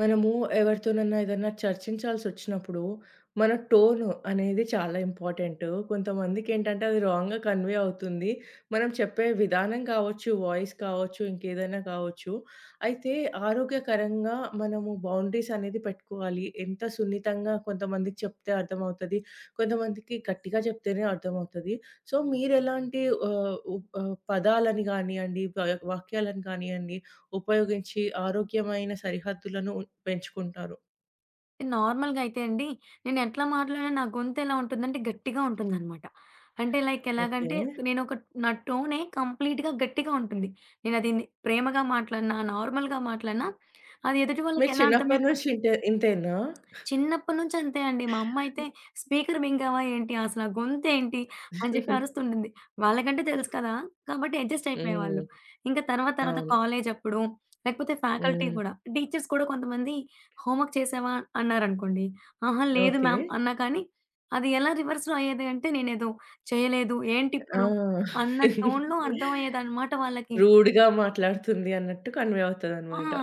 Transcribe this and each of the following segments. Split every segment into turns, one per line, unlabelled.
మనము ఎవరితోనన్నా ఏదన్నా చర్చించాల్సొచ్చినప్పుడు, మన టోన్ అనేది చాలా ఇంపార్టెంటు. కొంతమందికేంటంటే అది రాంగ్‌గా కన్వే అవుతుంది. మనం చెప్పే విధానం కావచ్చు, వాయిస్ కావచ్చు, ఇంకేదైనా కావచ్చు. అయితే ఆరోగ్యకరంగా మనము బౌండరీస్ అనేది పెట్టుకోవాలి. ఎంత సున్నితంగా కొంతమందికి చెప్తే అర్థమవుతది. కొంతమందికి గట్టిగా చెప్తేనే అర్థమవుతది. సో, మీరెలాంటి ఆహ్, ఉ పదాలని గానియ్యండి, వాక్యాలను కానియ్యండి ఉపయోగించి ఆరోగ్యమైన సరిహద్దులను పెంచుకుంటారు.
నార్మల్‌గా అయితే అండి, నేనెట్లా మాట్లాడినా నా గొంతెలా ఉంటుందంటే గట్టిగా ఉంటుందనమాట. అంటే లైక్
ఓకే.
ఎలాగంటే, నేనొక నా టోనే కంప్లీట్‌గా గట్టిగా ఉంటుంది. నేనది ని ప్రేమగా మాట్లాడినా, నార్మల్‌గా మాట్లాడినా అది ఎదుటి వాళ్ళకి
మీరు
ఎలా
చిన్నప్పటి నుంచి
అర్థమైపోతుంది.
ఇంతే ఇంతేనా?
చిన్నప్పటి నుంచి అంతే అండి. మా అమ్మయితే "స్పీకర్ మింగావా ఏంటి? అసల గొంతేంటి?" అని చెప్పి అరుస్తుంటుంది. వాళ్ళకంటే తెలుసు కదా! కాబట్టి అడ్జస్ట్ అయిపోయేవాళ్ళు.
హ్మ్.
ఇంకా తర్వాత తర్వాత
అవును.
కాలేజప్పుడు లేకపోతే ఫ్యాకల్టీ
హ్మ్.
గూడా, టీచర్స్ కూడా కొంతమంది "హోంవర్క్ చేశావా?" అన్నారనుకోండి. "ఆహా! లేదు
ఓకే.
మ్యామ్" అన్నా కానీ అది ఎలా రివర్స్‌లో అయ్యేది అంటే నేనేదో చేయలేదు,
ఆ!
ఏంటిప్పుడు అన్న టోన్‌లో అర్థమయ్యేదనమాట వాళ్ళకి.
రూడ్‌గా మాట్లాడుతుంది అన్నట్టు కన్వే
ఆ!
అవుతదనమాట.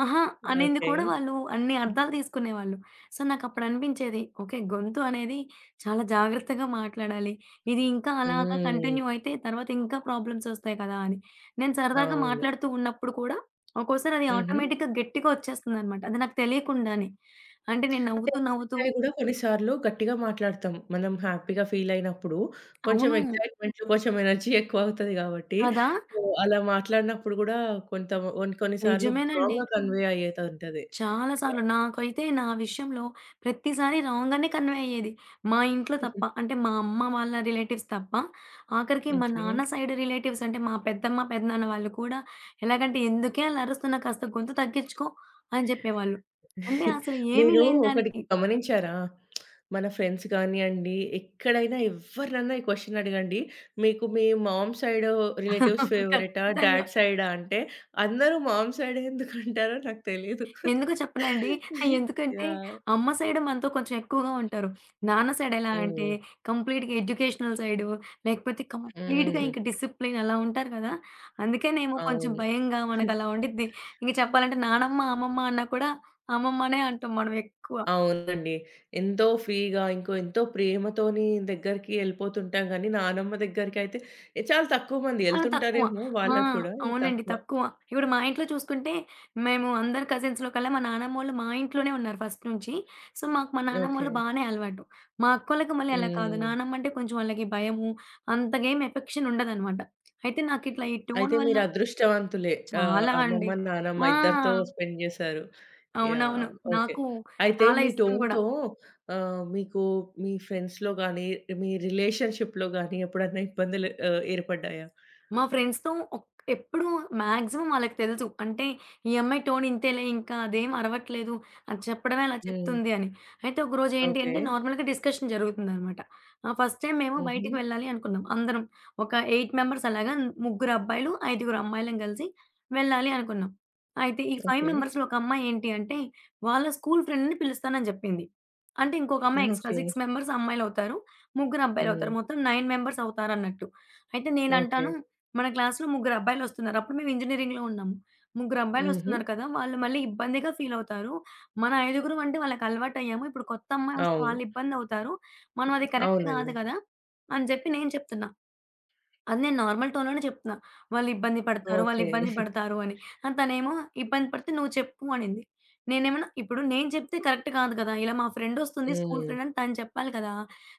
అహా! అనేది
ఓకే.
కూడా వాళ్ళు అన్ని అర్థాలు తీసుకునేవాళ్ళు. సో, నాకప్పుడనిపించేది ఓకే. గొంతు అనేది చాలా జాగ్రత్తగా మాట్లాడాలి. ఇది ఇంకా అలాగా
హ్మ్.
కంటిన్యూ అయితే తర్వాత ఇంకా ప్రాబ్లమ్సొస్తాయి కదా! అని. నేను సరదాగా
అవును.
మాట్లాడుతూ ఉన్నప్పుడు కూడా ఒక్కోసారి అది
హుహు.
ఆటోమేటిక్‌గా గట్టిగా వచ్చేస్తుందనమాట. అది నాకు తెలియకుండానే. అంటే నేను
అంటే
నవ్వుతూ, నవ్వుతూ
అవి గూడా కొన్నిసార్లు గట్టిగా మాట్లాడతాం. మనం హ్యాపీగా ఫీల్ అయినప్పుడు కొంచెం
అవును.
ఎక్సైట్‌మెంట్‌లో కొంచెం ఎనర్జీ ఎక్కువ అవుతది గాబట్టి,
కదా!
సో, అలా మాట్లాడినప్పుడు గూడా కొంత కొన్ని కొన్ని సార్లు
నిజమేనండి.
రాంగ్‌గా కన్వే అయ్యేదుంటది.
చాలా సార్లు.
యాహ్!
నాకైతే నా విషయంలో ప్రతిసారి రాంగనే కన్వే అయ్యేది. మా ఇంట్లో తప్ప. అంటే మా అమ్మ వాళ్ళ రిలేటివ్స్ తప్ప. ఆఖరికి మా
ఓకే.
నాన్న సైడ్ రిలేటివ్స్ అంటే మా పెద్దమ్మ, పెదనాన్న వాళ్ళు కూడా ఎలాగంటే, "ఎందుకే అలా అరుస్తున్నావు? కాస్త గొంతు తగ్గించుకో" అని చెప్పేవాళ్ళు. అంటే అసలు ఏమీ
మీరు
లేని
ఒకటి
దానికి
గమనించారా? మన ఫ్రెండ్స్ కానియండి, ఎక్కడైనా ఎవ్వరినన్నా ఈ క్వెషన్ అడగండి. మీకు మీ మామ్ సైడ్ రిలేటివ్స్ ఫేవరెటా?
ఖచ్చితంగా.
డాడ్ సైడా? అంటే అందరూ మామ్ సైడే ఎందుకంటారో నాకు తెలీదు.
ఎందుకో చెప్పనా అండి? ఎందుకంటే
యాహ్!
అమ్మ సైడ్ మనతో కొంచెం ఎక్కువగా ఉంటారు. నాన్న సైడ్ ఎలా అంటే
హ్మ్.
కంప్లీట్‌గా ఎడ్యుకేషనల్ సైడు, లేకపోతే కంప్లీట్‌గా
హ్మ్.
ఇంక డిసిప్లిన్ అలా ఉంటారు కదా! అందుకేనేమో కొంచెం
అవును.
భయంగా మనకలా ఉండిద్ది. ఇంక చెప్పాలంటే నానమ్మ, అమ్మమ్మ అన్నా కూడా అమ్మమ్మనే అంటాం మనం ఎక్కువ.
అవునండి. ఎంతో ఫ్రీగా, ఇంకో ఎంతో ప్రేమతోని దగ్గరికి ఎళ్ళిపోతుంటాం గానీ, నానమ్మ దగ్గరికైతే చాలా తక్కువ మంది
చాలా తక్కువ.
ఎళ్తుంటారేమో
ఆ!
వాళ్ళకి కూడా
అవునండి.
తక్కువ.
తక్కువ. ఇప్పుడు మా ఇంట్లో చూసుకుంటే, మేము అందరి కజిన్స్‌లో కల్లా మా నానమ్మోళ్ళు మా ఇంట్లోనే ఉన్నారు ఫస్ట్ నుంచి. సో, మాకు మా
ఓకే.
నానమ్మోళ్ళు బానే అలవాటు. మా అక్కోళ్ళకి మళ్ళీ అలా కాదు.
హ్మ్.
నానమ్మ అంటే కొంచెం వాళ్ళకి భయము, అంతగా ఏం ఎఫెక్షన్ ఉండదనమాట. అయితే నాకిట్లా ఈ టోన్
అయితే
వల్ల
మీరు అదృష్టవంతులే.
చాలా అండి.
అమ్మమ్మ, నానమ్మ
ఆ!
ఇద్దరితో స్పెండ్ చేశారు. యాహ్!
అవునవును.
ఓకే.
నాకు
అయితే
చాలా
మీ
ఇష్టం గూడా.
టోన్‌తో మీకు మీ ఫ్రెండ్స్‌లో గాని, మీ రిలేషన్‌షిప్‌లో గాని ఎప్పుడన్నా ఇబ్బందులు ఏర్పడ్డాయా?
మా ఫ్రెండ్స్‌తో ఒక్ ఎప్పుడు మాక్సిమం వాళ్ళకి తెలుసు. అంటే ఈ అమ్మాయి టోన్ ఇంతేలే ఇంకా అదేం అరవట్లేదు. అది చెప్పడమే అలా
హ్మ్.
చెప్తుంది అని. అయితే ఒకరోజు ఏంటి
ఓకే.
అంటే నార్మల్‌గా డిస్కషన్ జరుగుతుందనమాట. ఫస్ట్ టైమ్ మేము
హుహు.
బయటికి వెళ్ళాలి అనుకున్నాం. అందరం ఒక 8 మెంబర్స్ అలాగా ముగ్గురు అబ్బాయిలు, ఐదుగురు అమ్మాయిలం కలిసి వెళ్ళాలి అనుకున్నాం. అయితే ఈ 5
ఓకే.
మెంబర్స్‌లో ఒక అమ్మాయి ఏంటి అంటే వాళ్ళ స్కూల్ ఫ్రెండ్‌ని పిలుస్తానని చెప్పింది. అంటే ఇంకొక అమ్మాయి ఎక్స్‌ట్రా
ఓకే.
6 మెంబర్స్ అమ్మాయిలవుతారు. ముగ్గురు అబ్బాయిలవుతారు.
హ్మ్.
మొత్తం 9 మెంబర్స్ అవుతారన్నట్టు. అయితే
ఓకే.
నేనంటాను మన క్లాస్‌లో ముగ్గురు అబ్బాయిలొస్తున్నారు. అప్పుడు మేము ఇంజినీరింగ్‌లో ఉన్నాము. ముగ్గురు
హుహు.
అబ్బాయిలొస్తున్నారు కదా! వాళ్ళు మళ్ళీ ఇబ్బందిగా ఫీల్ అవుతారు. మన ఐదుగురం అంటే వాళ్ళకి అలవాటయ్యాము. ఇప్పుడు కొత్త అమ్మాయి వస్తే
అవును.
వాళ్ళు ఇబ్బందవుతారు. మనం అది కరెక్ట్ కాదు
అవునండి.
కదా! అని చెప్పి నేను చెప్తున్నా. అది నేను నార్మల్ టోన్‌లోనే చెప్తున్నా. వాళ్ళిబ్బంది పడతారు,
ఓకే.
వాళ్ళిబ్బంది పడతారు అని. తనేమో ఇబ్బంది పడితే నువ్వు చెప్పు అనింది. నేనేమన్నా ఇప్పుడు నేను చెప్తే కరెక్ట్ కాదు కదా! ఇలా మా ఫ్రెండొస్తుంది స్కూల్
హ్మ్.
ఫ్రెండ్ అని తను చెప్పాలి కదా!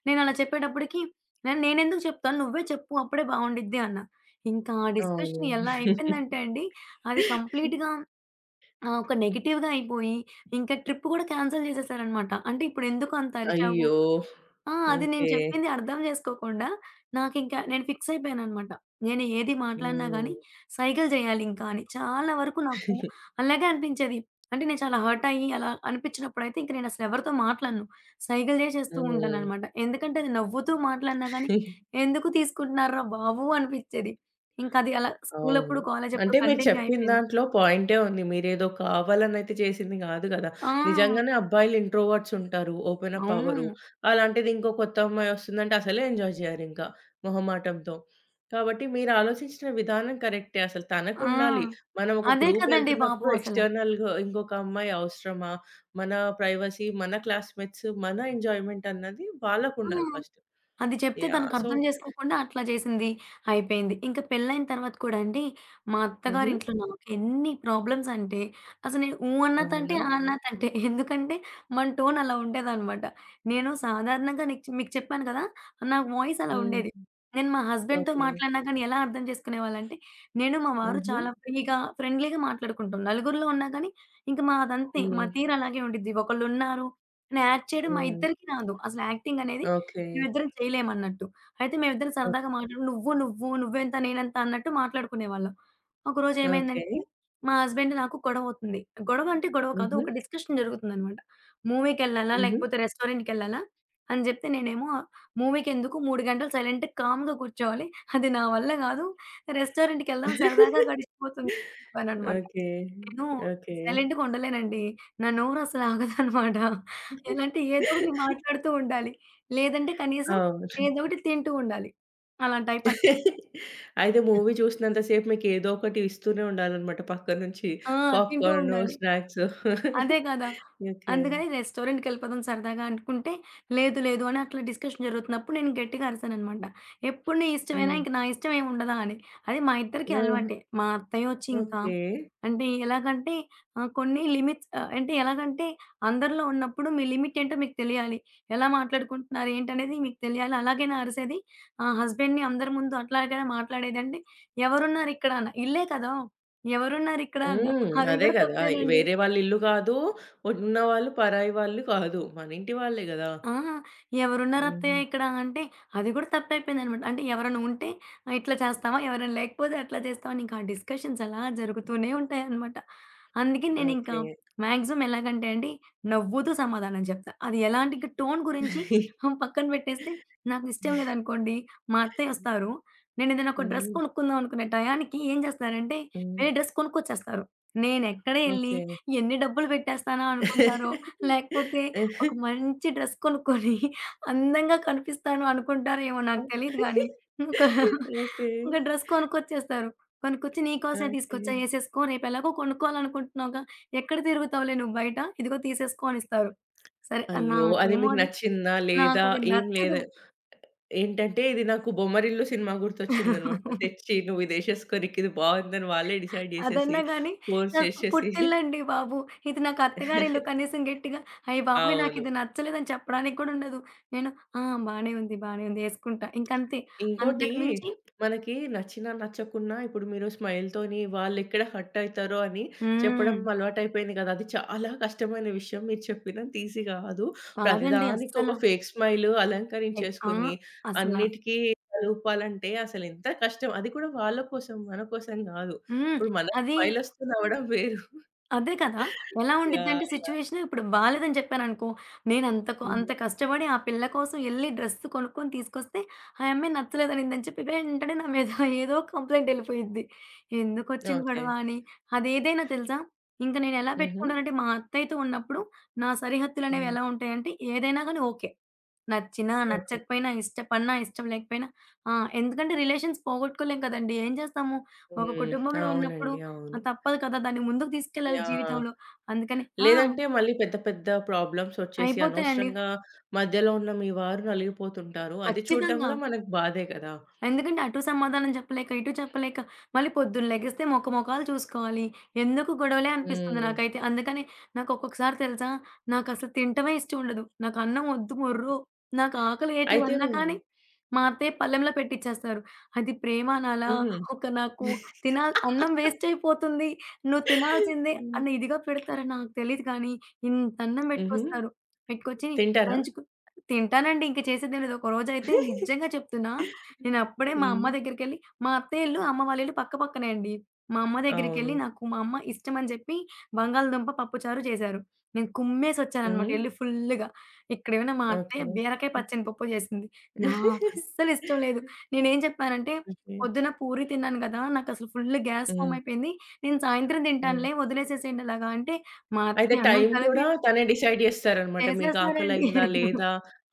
నేనలా చెప్పేటప్పటికి నేనెందుకు చెప్తాను నువ్వే చెప్పు అప్పుడే బావుండిద్ది అన్నా. ఇంకా ఆ డిస్కషన్ ఎలా
అవును.
అయిపోయిందంటే అండి అది కంప్లీట్‌గా ఒక నెగెటివ్‌గా అయిపోయి ఇంకా ట్రిప్ కూడా క్యాన్సెల్ చేసేసారనమాట. అంటే ఇప్పుడెందుకు అంత అరిచావు?
అయ్యో!
ఆ! అది నేను
ఓకే.
చెప్పింది అర్థం జేసుకోకుండా నాకింకా నేను ఫిక్స్ అయిపోయాననమాట. నేను ఏది మాట్లాడినా
హ్మ్.
గానీ సైగలు జేయాలింకా అని. చాలా వరకు నాకు అలాగే అనిపించేది. అంటే నేను చాలా హర్ట్ అయ్యి అలా అనిపించినప్పుడైతే ఇంక నేనసలు ఎవరితో మాట్లాడను. సైగలు జేసేస్తూ
హ్మ్.
ఉంటాననమాట. ఎందుకంటే అది నవ్వుతూ మాట్లాడినా గానీ ఎందుకు తీసుకుంటున్నార్రా బాబు అనిపిచ్చేది. ఇంకది అలా స్కూలప్పుడు,
అవును.
కాలేజప్పుడు
అంటే మీరు
కంటిన్యూ
చెప్పిన
అయిపోయింది.
దాంట్లో పాయింటే ఉంది. మీరేదో కావాలనైతే చేసింది గాదు గదా!
ఆ!
నిజంగానే అబ్బాయిలు ఇంట్రోవర్ట్స్ ఉంటారు. ఓపెన్ అప్ అవ్వరు.
అవును.
అలాంటిది ఇంకో కొత్త అమ్మాయి వస్తుందంటే అసలే ఎంజాయ్ జేయరింకా మొహమాటంతో. కాబట్టి మీరు ఆలోచించిన విధానం కరెక్టే. అసలు
ఆ!
తనకుండాలి. మనం ఒక
అదే
గ్రూప్
కదండీ బాబు
ఎళ్తున్నప్పుడు
అసల.
ఎక్స్‌టర్నల్‌గా ఇంకొక అమ్మాయి అవసరమా? మన ప్రైవసీ, మన క్లాస్‌మేట్స్, మన ఎంజాయ్‌మెంట్ అన్నది
ఆ!
వాళ్ళకుండాలి ఫస్ట్.
అది చెప్తే
యాహ్! సో
తనకర్థం చేసుకోకుండా అట్లా చేసింది. అయిపోయింది. ఇంక పెళ్ళైన తర్వాత కూడా అండి, మా
హుహు.
అత్తగారింట్లో నాకెన్ని ప్రాబ్లమ్స్ అంటే, అసలు నేను ఊ అన్న తంటే,
అవునా?
ఆ అన్న తంటే. ఎందుకంటే మన టోన్ అలా ఉండేదనమాట. నేను సాధారణంగా నీకు మీకు చెప్పాను కదా! నా వాయిస్ అలా
హ్మ్.
ఉండేది. నేను మా హస్బెండ్‌తో
ఓకే.
మాట్లాడినా కానీ ఎలా అర్థం చేసుకునేవాళ్ళంటే, నేను మా వారు
హుహు.
చాలా ఫ్రీగా, ఫ్రెండ్లీగా మాట్లాడుకుంటాం. నలుగురిలో ఉన్నా కానీ ఇంక మాదంతే. మా
హ్మ్.
తీరు అలాగే ఉండిద్ది. ఒకళ్ళున్నారు అని యాక్ట్ చేయడం మా
హ్మ్.
ఇద్దరికీ రాదు. అసలు యాక్టింగ్ అనేది
ఓకే.
మేమిద్దరం చేయలేమన్నట్టు. అయితే మేమిద్దరం
ఓ
సరదాగా మాట్లాడుకుని నువ్వు, నువ్వు, నువ్వెంత నేనెంత అన్నట్టు మాట్లాడుకునేవాళ్ళం. ఒకరోజు
ఓకే.
ఏమైందంటే మా హస్బెండ్ నాకు గొడవవుతుంది. గొడవ అంటే గొడవ కాదు.
హుహు.
ఒక డిస్కషన్ జరుగుతుందనమాట. మూవీకెళ్ళాలా?
హుహు.
లేకపోతే రెస్టారెంట్‌కెళ్ళాలా? అని జెప్తే నేనేమో మూవీకెందుకు 3 గంటలు సైలెంట్‌గా కామ్‌గా కూర్చోవాలి. అది నా వల్ల గాదు. రెస్టారెంట్‌కెళ్దాం సరదాగా గడిచిపోతుంది అన్నాననమాట.
ఓకే.
నేను
ఓకే.
సైలెంట్‌గా ఉండలేనండి. నా నోరు అసలు ఆగదనమాట. ఎలా అంటే ఏదో ఒకటి మాట్లాడుతూ ఉండాలి. లేదంటే కనీసం
అవును.
ఏదో ఒకటి తింటూ ఉండాలి. అలా టైపనమాట.
అయితే మూవీ చూసినంత సేపు మీకు ఏదో ఒకటి ఇస్తూనే ఉండాలన్నమాట పక్క నుంచి.
ఆ! తింటూ
పాప్‌కార్ను,
ఉండాలి.
స్నాక్స్.
అదే కదా!
ఓకే.
అందుకని రెస్టారెంట్‌కెళ్ళిపోదాం సరదాగా అనుకుంటే, లేదు లేదు అని అట్లా డిస్కషన్ జరుగుతున్నప్పుడు నేను గట్టిగా అరిసాననమాట. ఎప్పుడు నీ ఇష్టమేనా?
హ్మ్.
ఇంక నా ఇష్టం ఏమి ఉండదా అని. అది మా ఇద్దరికీ
ఆహా!
అలవాటే. మా అత్తయ్యొచ్చి ఇంకా
ఓకే.
అంటే ఎలాగంటే కొన్ని లిమిట్స్ అంటే ఎలాగంటే అందరిలో ఉన్నప్పుడు మీ లిమిట్ ఏంటో మీకు తెలియాలి. ఎలా మాట్లాడుకుంటున్నారు ఏంటనేది మీకు తెలియాలి. అలాగేనా అరిసేది? హస్బెండ్‌ని అందరి ముందు అట్లాగేనా మాట్లాడేది? అంటే ఎవరున్నారిక్కడ అన్న. ఇల్లే కదా! ఎవరున్నారిక్కడ అన్న.
హ్మ్.
అది
అదే
కూడా
గదా!
తప్పేనండి.
వేరే వాళ్ళ ఇల్లు కాదు, ఉన్నవాళ్ళు పరాయి వాళ్ళు కాదు. మన ఇంటి వాళ్ళే గదా!
ఆ!
హుహు.
"ఎవరున్నారత్తయ్య ఇక్కడ" అంటే, అది కూడా తప్పయిపోయిందనమాట. అంటే ఎవరైనా ఉంటే ఇట్లా చేస్తావా? ఎవరైనా లేకపోతే అట్లా చేస్తావా? అని ఇంకా ఆ డిస్కషన్స్ అలా జరుగుతూనే ఉంటాయనమాట. అందుకే నేనింకా
ఓకే.
మాక్సిమం ఎలాగంటే అండి, నవ్వుతూ సమాధానం చెప్తా. అది ఎలాంటి ఇంక టోన్ గురించి పక్కన పెట్టేస్తే నాకిష్టం లేదనుకోండి, మా అత్తయ్యొస్తారు. నేనేదైనా ఒక డ్రెస్
హ్మ్.
కొనుక్కుందాం అనుకునే టయానికి ఏం చేస్తారంటే,
హ్మ్.
వేరే డ్రెస్ కొనుక్కొచ్చేస్తారు. నేనెక్కడ ఎళ్లి
ఓకే.
ఎన్ని డబ్బులు పెట్టేస్తానా అనుకుంటారో, లేకపోతే
ఓకే.
ఒక మంచి డ్రెస్ కొనుక్కొని అందంగా కనిపిస్తాను అనుకుంటారేమో నాకు తెలీదు గానీ. ఒక ఒక డ్రెస్ కొనుక్కొచ్చేస్తారు. కొనుక్కొచ్చి "నీకోసమే
ఓకే.
తీసుకొచ్చా ఏసేసుకో. రేపెలాగో కొనుక్కోవాలనుకుంటున్నావుగా. ఎక్కడ తిరుగుతావులే నువ్వు బయట. ఇదిగో తీసేసుకో" అనిస్తారు. సరే
అయ్యో! అది
నాకేమో
మీకు
అది
నచ్చిందా? లేదా?
నాకది
ఏం
నచ్చదు.
లేదు. ఏంటంటే ఇది నాకు 'బొమ్మరిల్లు' సినిమా గుర్తొచ్చిందనమాట. తెచ్చి నువ్వు ఇది ఏసేసుకో నీకిది బావుందని వాళ్ళే డిసైడ్ జేసేసి,
అదన్నా గానీ
ఫోర్స్
నాకు
చేసేసి
పుట్టిల్లండి బాబు. ఇది నాకు అత్తగారిల్లు కనీసం గట్టిగా "అయ్య బాబోయ్!
అవును.
నాకిది నచ్చలేదని" చెప్పడానికి కూడా ఉండదు. నేను "ఆ! బానే ఉంది. బానే ఉంది. ఏసుకుంటా." ఇంకంతే.
ఇంకోటి
అంతకు మించి
మనకి నచ్చినా, నచ్చకున్నా ఇప్పుడు మీరు స్మైల్‌తోని వాళ్ళెక్కడ హర్ట్ అయితారో అని
హ్మ్.
చెప్పడం అలవాటయిపోయింది కదా! అది చాలా కష్టమైన విషయం. మీరు చెప్పినంత ఈజీ కాదు.
కాదండి
ప్రతిదానికి
అస్సల.
ఒక ఫేక్ స్మైల్
ఎగ్ ఆ!
అలంకరించేసుకొని,
అసల.
అన్నిటికి తలూపాలంటే అసలెంత కష్టం. అది కూడా వాళ్ళ కోసం, మన కోసం కాదు.
హ్మ్.
ఇప్పుడు మనకు
అది
స్మైలొస్తే నవ్వడం వేరు.
అదే కదా! ఎలా ఉండిద్దంటే
యాహ్! యాహ్!
సిట్యుయేషన్ ఇప్పుడు బాలేదని చెప్పాననుకో, నేనంత
హ్మ్.
అంత కష్టపడి ఆ పిల్ల కోసం ఎళ్లి డ్రెస్ కొనుక్కొని తీసుకొస్తే, ఆ అమ్మాయి నచ్చలేదనిందని చెప్పి వెంటనే నా మీద ఏదో కంప్లెయింట్ ఎళ్ళిపోయిద్ది. ఎందుకొచ్చిన
ఓకే.
గొడవ అని. అదేదైనా తెలుసా? ఇంక నేనెలా
హుహు.
పెట్టుకుంటానంటే మా అత్తయ్యతో ఉన్నప్పుడు నా సరిహద్దులనేవి
హ్మ్.
ఎలా ఉంటాయంటే ఏదైనా గాని ఓకే. నచ్చినా,
ఓకే.
నచ్చకపోయినా, ఇష్టపడినా, ఇష్టం లేకపోయినా ఆ! ఎందుకంటే రిలేషన్స్ పోగొట్టుకోలేం కదండీ! ఏం చేస్తాము? ఒక
హ్మ్.
కుటుంబంలో ఉన్నప్పుడు
అవునండి.
ఆ!
అవును.
తప్పదు కదా! దాన్ని ముందుకు తీసుకెళ్ళాలి
యాహ్!
జీవితంలో. అందుకని ఆ!
లేదంటే మళ్ళీ పెద్ద పెద్ద ప్రాబ్లమ్స్ వచ్చేసి
అయిపోతాయండి.
అనవసరంగా మధ్యలో ఉన్న మీ వారు నలిగిపోతుంటారు. అది చూడడం
ఖచ్చితంగా.
గూడా మనకు బాధే కదా!
ఎందుకంటే అటు సమాధానం చెప్పలేక, ఇటు చెప్పలేక, మళ్ళీ పొద్దున్న లెగిస్తే మొఖాలు చూసుకోవాలి. ఎందుకు గొడవలే అనిపిస్తుంది
హ్మ్.
నాకైతే. అందుకని నాకు ఒక్కొక్కసారి తెలుసా, నాకసలు తినటమే ఇష్టం ఉండదు. నాకు అన్నం ఒద్దు మొర్రో, నాకు ఆకలేయట్లేదు
అయితే
అన్నా కానీ, మా అత్తయ్య పళ్ళెంలో పెట్టిచ్చేస్తారు. అది ప్రేమ అనాలా?
హుహు.
ఒక నాకు తినా అన్నం వేస్ట్ అయిపోతుంది. నువ్వు తినాల్సిందే
హ్మ్.
అన్న ఇదిగా పెడతారని నాకు తెలీదు కానీ, ఇంత అన్నం
హుహు.
పెట్టుకొస్తారు. పెట్టుకొచ్చి
తింటారా?
లంచ్‌కు తింటానండి. ఇంక చేసేదేం లేదు. ఒకరోజైతే నిజంగా చెప్తున్నా నేనప్పుడే మా
హ్మ్.
అమ్మ దగ్గరికెళ్ళి మా అత్తయ్య ఇల్లు, అమ్మ వాళ్ళ ఇల్లు పక్క పక్కనే అండి. మా అమ్మ దగ్గరికెళ్ళి
అవును.
నాకు మా అమ్మ ఇష్టమని జెప్పి బంగాళదుంప పప్పుచారు చేశారు. నేను కుమ్మేసొచ్చాననమాట
హుహు.
ఎళ్లి ఫుల్లుగా. ఇక్కడేమైనా మా అత్తయ్య
ఓకే.
బీరకాయ పచ్చని పప్పు జేసింది. నాకస్సలిష్టం లేదు. నేనేం చెప్పానంటే,
ఓకే.
పొద్దున పూరి తిన్నాను గదా! నాకసలు ఫుల్లు గ్యాస్ ఫామ్
హ్మ్.
అయిపోయింది. నేను సాయంత్రం
హ్మ్.
తింటానులే వదిలేసేసేయండి అలాగా అంటే, మా
అయితే
అత్తయ్య అన్నం
టైం
కలిపి
కూడా తనే డిసైడ్ జేస్తారనమాట. మీకు
చేసేసారండి.
ఆకలయిందా? లేదా?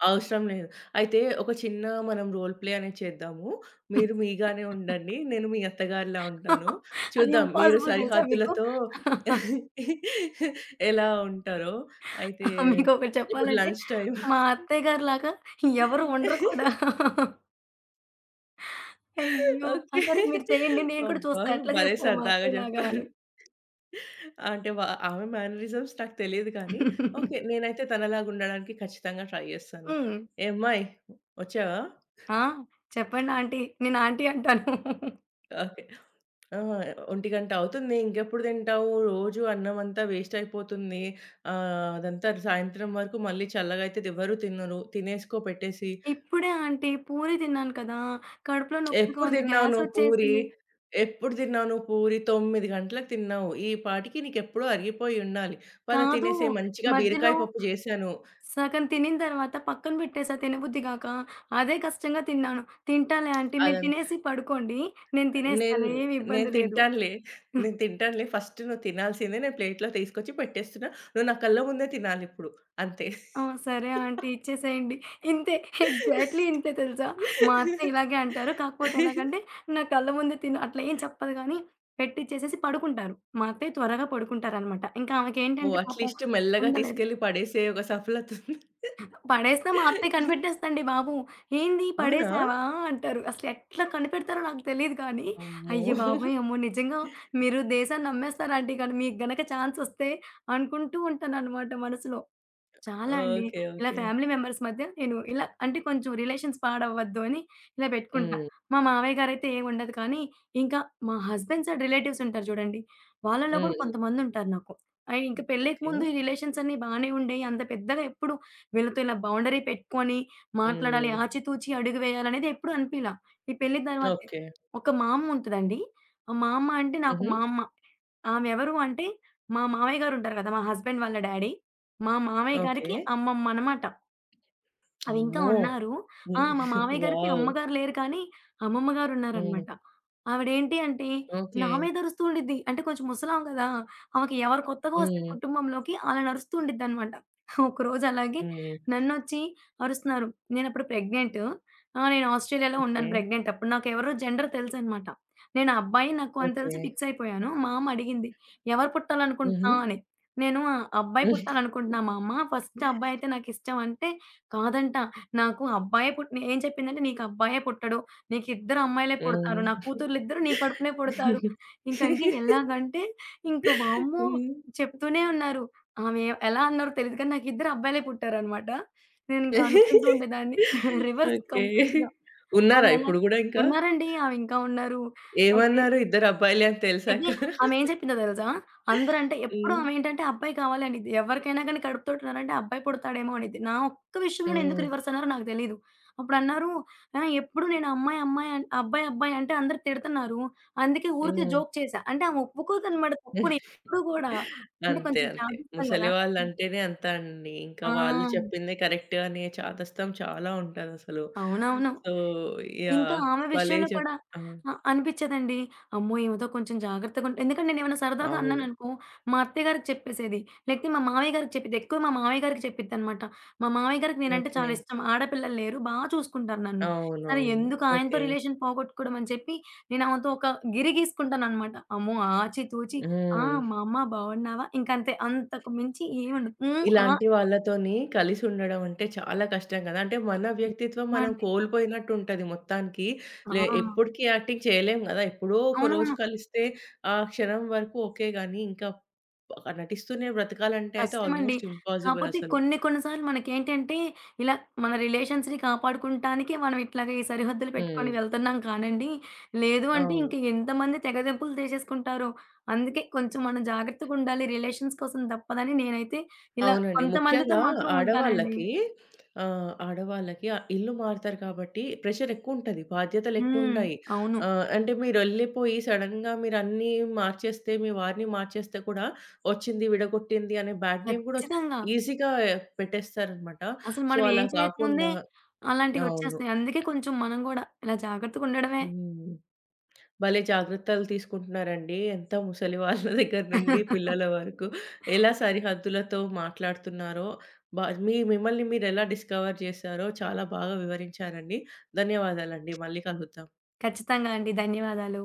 అవసరం లేదు. అయితే ఒక చిన్న మనం రోల్ ప్లే అనేది చేద్దాము. మీరు మీగానే ఉండండి. నేను మీ అత్తగారిలా ఉంటాను.
అది
చూద్దాం మీరు
ఇంపాసిబుల్ తెలుసా మీకు?
సరిహద్దులతో ఎలా ఉంటారో. అయితే
మీకొకటి
ఇప్పుడు
చెప్పాలంటే,
లంచ్ టైమ్.
మా అత్తయ్య గారిలాగా ఎవరు ఉండరు కూడా. అయ్యో! ఆ!
ఓకే.
సరే మీరు చేయండి నేను కూడా
అబ్బా!
చూస్తా ఎట్లా
భలే
చేస్తారు మా
సరదాగా
అత్తయ్యలాగా
జెప్పారు.
అని.
అంటే ఆమె మేనరిజమ్స్ నాకు తెలీదు కానీ, ఓకే. నేనైతే తనలాగా ఉండడానికి ఖచ్చితంగా ట్రై చేస్తాను.
హ్మ్.
"ఏ అమ్మాయి వచ్చావా?
ఆ! చెప్పండి ఆంటీ. నేను ఆంటీ అంటాను.
ఓకే. ఆ! 1:00 అవుతుంది. ఇంకెప్పుడు తింటావు? రోజు అన్నం అంతా వేస్ట్ అయిపోతుంది. అదంతా సాయంత్రం వరకు మళ్ళీ చల్లగా అయితే ఎవరు తినరు. తినేసుకో పెట్టేసి."
"ఇప్పుడే ఆంటీ పూరి తిన్నాను కదా! కడుపులో నొప్పిగా
"ఎప్పుడు
ఉంది.
తిన్నావు నువ్వు పూరి?
గ్యాసొచ్చేసింది."
ఎప్పుడు తిన్నావు నువ్వు పూరి? 9 గంటలకు తిన్నావు. ఈ పాటికి నీకెప్పుడో అరిగిపోయి ఉండాలి. పద
కాదు
తినేసేయి. మంచిగా బీరకాయ
మధ్యలో
పప్పు చేశాను."
సగం తినిన తర్వాత పక్కన పెట్టేసా తినబుద్ధి గాక. అదే కష్టంగా తిన్నాను. తింటాలే ఆంటీ మీరు
అదం
తినేసి పడుకోండి. నేను
నేను
తినేస్తాను ఏమి
నేను
ఇబ్బంది లేదు.
తింటానులే. నేను తింటానులే. ఫస్ట్ నువ్వు తినాల్సిందే నేను ప్లేట్‌లో తీసుకొచ్చి పెట్టేస్తున్నా. నువ్వు నా కళ్ళ ముందే తినాలిప్పుడు. అంతే.
ఆ! సరే ఆంటీ ఇచ్చేసేయండి. ఇంతే ఎగ్జాక్ట్‌లీ ఇంతే తెలుసా? మా అత్త ఇలాగే అంటారు. కాకపోతే ఎలాగంటే నా కళ్ళ ముందే తిను అట్లా ఏం చెప్పదు గానీ, పెట్టిచ్చేసేసి పడుకుంటారు. మా అత్తయ్య త్వరగా పడుకుంటారనమాట. ఇంకా
ఓహ్!
ఆమెకేంటంటే పాపం
అట్‌లీస్ట్ మెల్లగా
ఉండలేదు.
తీసుకెళ్ళి పడేసే ఒక సఫలత ఉంది.
పడేస్తే మా అత్తయ్య కనిపెట్టేస్తదండి బాబు. "ఏంది
అవునా?
పడేసావా?" అంటారు. అసలు ఎట్లా కనిపెడతారో నాకు తెలీదు కానీ,
అమ్మో!
అయ్య బాబోయ్! అమ్మో! నిజంగా మీరు దేశాన్ని నమ్మేస్తారు ఆంటీ కానీ మీకు గనక ఛాన్స్ వస్తే అనుకుంటూ ఉంటాననమాట మనసులో. చాలా అండి.
ఓకే.
ఇలా
ఓకే.
ఫ్యామిలీ మెంబర్స్ మధ్య నేను ఇలా అంటే కొంచెం రిలేషన్స్ పాడవ్వద్దు అని ఇలా పెట్టుకుంటా.
హ్మ్.
మా మావయ్య గారైతే ఏముండదు కానీ, ఇంకా మా హస్బెండ్ సైడ్ రిలేటివ్స్ ఉంటారు చూడండి. వాళ్ళలో కూడా
హ్మ్.
కొంతమందుంటారు నాకు. ఇంకా
హ్మ్.
పెళ్ళికి
ఓకే.
ముందు ఈ రిలేషన్స్ అన్నీ బానే ఉండేయి. అంత పెద్దగా ఎప్పుడు వీళ్ళతో ఇలా బౌండరీ పెట్టుకొని మాట్లాడాలి,
హ్మ్.
ఆచితూచి అడుగు వేయాలనేది ఎప్పుడు అనిపియలా. ఈ పెళ్లి తర్వాతే.
ఓకే.
ఒక మా అమ్మ ఉంటదండి. మా అమ్మ అంటే నాకు
హుహు.
మా అమ్మ. ఆమె ఎవరు అంటే మా మావయ్య గారుంటారు కదా! మా హస్బెండ్ వాళ్ళ డ్యాడీ. మా మామయ్య
ఓకే.
గారికి అమ్మమ్మ అనమాట. అవి ఇంకా
అమ్మో!
ఉన్నారు. ఆ!
హ్మ్.
మా మామయ్య గారికి
వావ్!
అమ్మగారు లేరు కానీ, అమ్మమ్మ గారు
హ్మ్.
ఉన్నారనమాట. ఆవిడేంటి అంటే, నా
ఓకే.
మీద అరుస్తూ ఉండిద్ది. అంటే కొంచెం ముసలామె కదా! ఆమెకి ఎవరు కొత్తగా వస్తే
హ్మ్.
కుటుంబంలోకి అలా అరుస్తూ ఉండిద్దనమాట. ఒకరోజు అలాగే
హ్మ్.
నన్నొచ్చి అరుస్తున్నారు. నేనప్పుడు ప్రెగ్నెంట్. ఆ! నేను ఆస్ట్రేలియాలో
ఓకే.
ఉన్నాను ప్రెగ్నెంట్ అప్పుడు. నాకెవరో జెండర్ తెలుసనమాట. నేను అబ్బాయి నాకు అని
ఓకే.
తెలిసి ఫిక్స్ అయిపోయాను. మా అమ్మ అడిగింది, "ఎవరు
హుహు.
పుట్టాలనుకుంటున్నావు?" అని. నేను ఆ "అబ్బాయి పుట్టాలనుకుంటున్నా మా అమ్మ. ఫస్ట్ అబ్బాయి అయితే నాకిష్టం" అంటే కాదంట. నాకు అబ్బాయే పుట్ నే- ఏం చెప్పిందంటే, "నీకు అబ్బాయే పుట్టడు. నీకిద్దరు అమ్మాయిలే పుడతారు. నా
హ్మ్.
కూతుర్లిద్దరూ నీ కడుపునే
హ్మ్.
పుడతారు."
ఓకే.
ఇంకండి ఎలాగంటే ఇంక వామ్మో! చెప్తూనే ఉన్నారు. ఆమె ఎలా అన్నారో తెలీదు కానీ, నాకిద్దరు అబ్బాయిలే పుట్టారనమాట. నేనింక అనుకుంటూ ఉండేదాన్ని. రివర్స్ కంప్లీట్‌గా. ఆమె
ఉన్నారా
ఎలా
ఇప్పుడు గూడా ఇంకా?
ఉన్నారండి. ఆవింకా ఉన్నారు. అయితే
ఏమన్నారు ఇద్దరు అబ్బాయిలే అని తెలిసాక?
అయితే ఆమేం జెప్పిందో దెలుసా? అందరంటే ఎప్పుడు
హ్మ్.
ఆమేంటంటే అబ్బాయి కావాలి అనిద్ది. ఎవరికైనా గానీ కడుపుతోటున్నారంటే అబ్బాయి పుడతాడేమో అనిద్ది. నా ఒక్క విషయంలోనే ఎందుకు
హ్మ్.
రివర్స్ అన్నారో నాకు తెలీదు. అప్పుడన్నారు ఎప్పుడు నేను అమ్మాయి, అమ్మాయి అన్ అబ్బాయి, అబ్బాయి అంటే అందరూ తిడతన్నారు. అందుకే ఊరికే
హ్మ్.
జోక్ చేశా. అంటే ఆమె ఒప్పుకోదనమాట తప్పుని ఎప్పుడు గూడా. అంటే
అంతే.
కొంచెం
అంతే.
జాగ్రత్త గదా!
ముసలి
పెద్దగా
వాళ్ళంటేనే అంత అండి. ఇంకా వాళ్ళు
ఆ!
చెప్పిందే కరెక్ట్ అనే చాదస్తం చాలా ఉంటదసలు.
అవునవును.
సో
ఇంకా
యాహ్!
ఆమె
భలే
విషయంలో
చెప్
కూడా
ఆ!
అనిపిచ్చేదండి. అమ్మో! ఈమెతో కొంచెం జాగ్రత్తగా ఉంటే ఎందుకంటే నేనేమన్నా సరదాగా
అవును.
అన్నాననుకో, మా అత్తయ్య గారికి చెప్పేసేది. లేకపోతే మా మామయ్య గారికి చెప్పిద్ది. ఎక్కువ మా మామయ్య గారికి చెప్పిద్దనమాట. మా మామయ్య గారికి నేనంటే చాలా
ఓకే.
ఇష్టం. ఆడపిల్లలు లేరు. బా చూసుకుంటారు నన్ను. సరే
అవునవును.
ఎందుకు ఆయనతో
ఓకే.
రిలేషన్ పోగొట్టుకోవడం అని చెప్పి నేను ఆమెతో ఒక గిరి గీసుకుంటాననమాట. అమ్మో! ఆచి తూచి ఆ! మా
హ్మ్.
అమ్మ బాగున్నావా? ఇంకంతే. అంతకు మించి ఏముండదు. హ్మ్. ఆ.
ఇలాంటి వాళ్ళతోని కలిసి ఉండడం అంటే చాలా కష్టం కదా! అంటే మన
ఇది
వ్యక్తిత్వం
నిజమా
మనం
అండి.
కోల్పోయినట్టుంటది మొత్తానికి. లే
ఆ!
ఎప్పటికి యాక్టింగ్ చేయలేం గదా! ఎప్పుడో ఒక
అవునవును.
రోజు కలిస్తే ఆ క్షణం వరకు ఓకే గానీ, ఇంకా నటిస్తూనే బ్రతకాలంటే అయితే
కష్టమండి.
ఆల్మోస్ట్ ఇంపాసిబుల్
కాపోతే
అసలు.
కొన్ని కొన్ని సార్లు మనకేంటంటే, ఇలా మన రిలేషన్స్‌ని కాపాడుకుంటానికే మనం ఇట్లాగ ఈ సరిహద్దులు పెట్టుకొని
హ్మ్.
వెళ్తున్నాం కానండి. లేదు అంటే
అవును.
ఇంక ఎంతమంది తెగతెంపులు తీసేసుకుంటారో. అందుకే కొంచెం మనం జాగ్రత్తగుండాలి. రిలేషన్స్ కోసం తప్పదని నేనైతే ఇలా
అవునండి.
కొంతమందితో
ముఖ్యంగా
మాత్రం ఉంటానండి.
ఆడవాళ్ళకి ఆడవాళ్ళకి ఇల్లు మారుతారు కాబట్టి ప్రెషరెక్కువుంటది.
హ్మ్.
బాధ్యతలెక్కువుంటాయి.
అవును.
అంటే మీరెళ్ళిపోయి సడెన్‌గా మీరన్నీ మార్చేస్తే, మీ వారిని మార్చేస్తే కూడా వచ్చింది, విడగొట్టింది అనే బ్యాడ్ నేమ్ గూడా
ఖచ్చితంగా.
ఈజీగా పెట్టేస్తారనమాట.
అసలు
సో,
మనం ఏం
అలా
చేయకముందే
కాకుండా అవును.
అలాంటివొచ్చేస్తాయి. అందుకే కొంచెం మనం గూడా ఇలా జాగ్రత్తగుండడమే.
హ్మ్. భలే జాగ్రత్తలు తీసుకుంటున్నారండి. ఎంత ముసలి వాళ్ళ దగ్గర నుండి పిల్లల వరకు ఎలా సరిహద్దులతో మాట్లాడుతున్నారో, బ మీ మిమ్మల్ని మీరెలా డిస్కవర్ చేశారో చాలా బాగా వివరించారండి. ధన్యవాదాలండి. మళ్ళీ కలుద్దాం.
ఖచ్చితంగా అండి. ధన్యవాదాలు.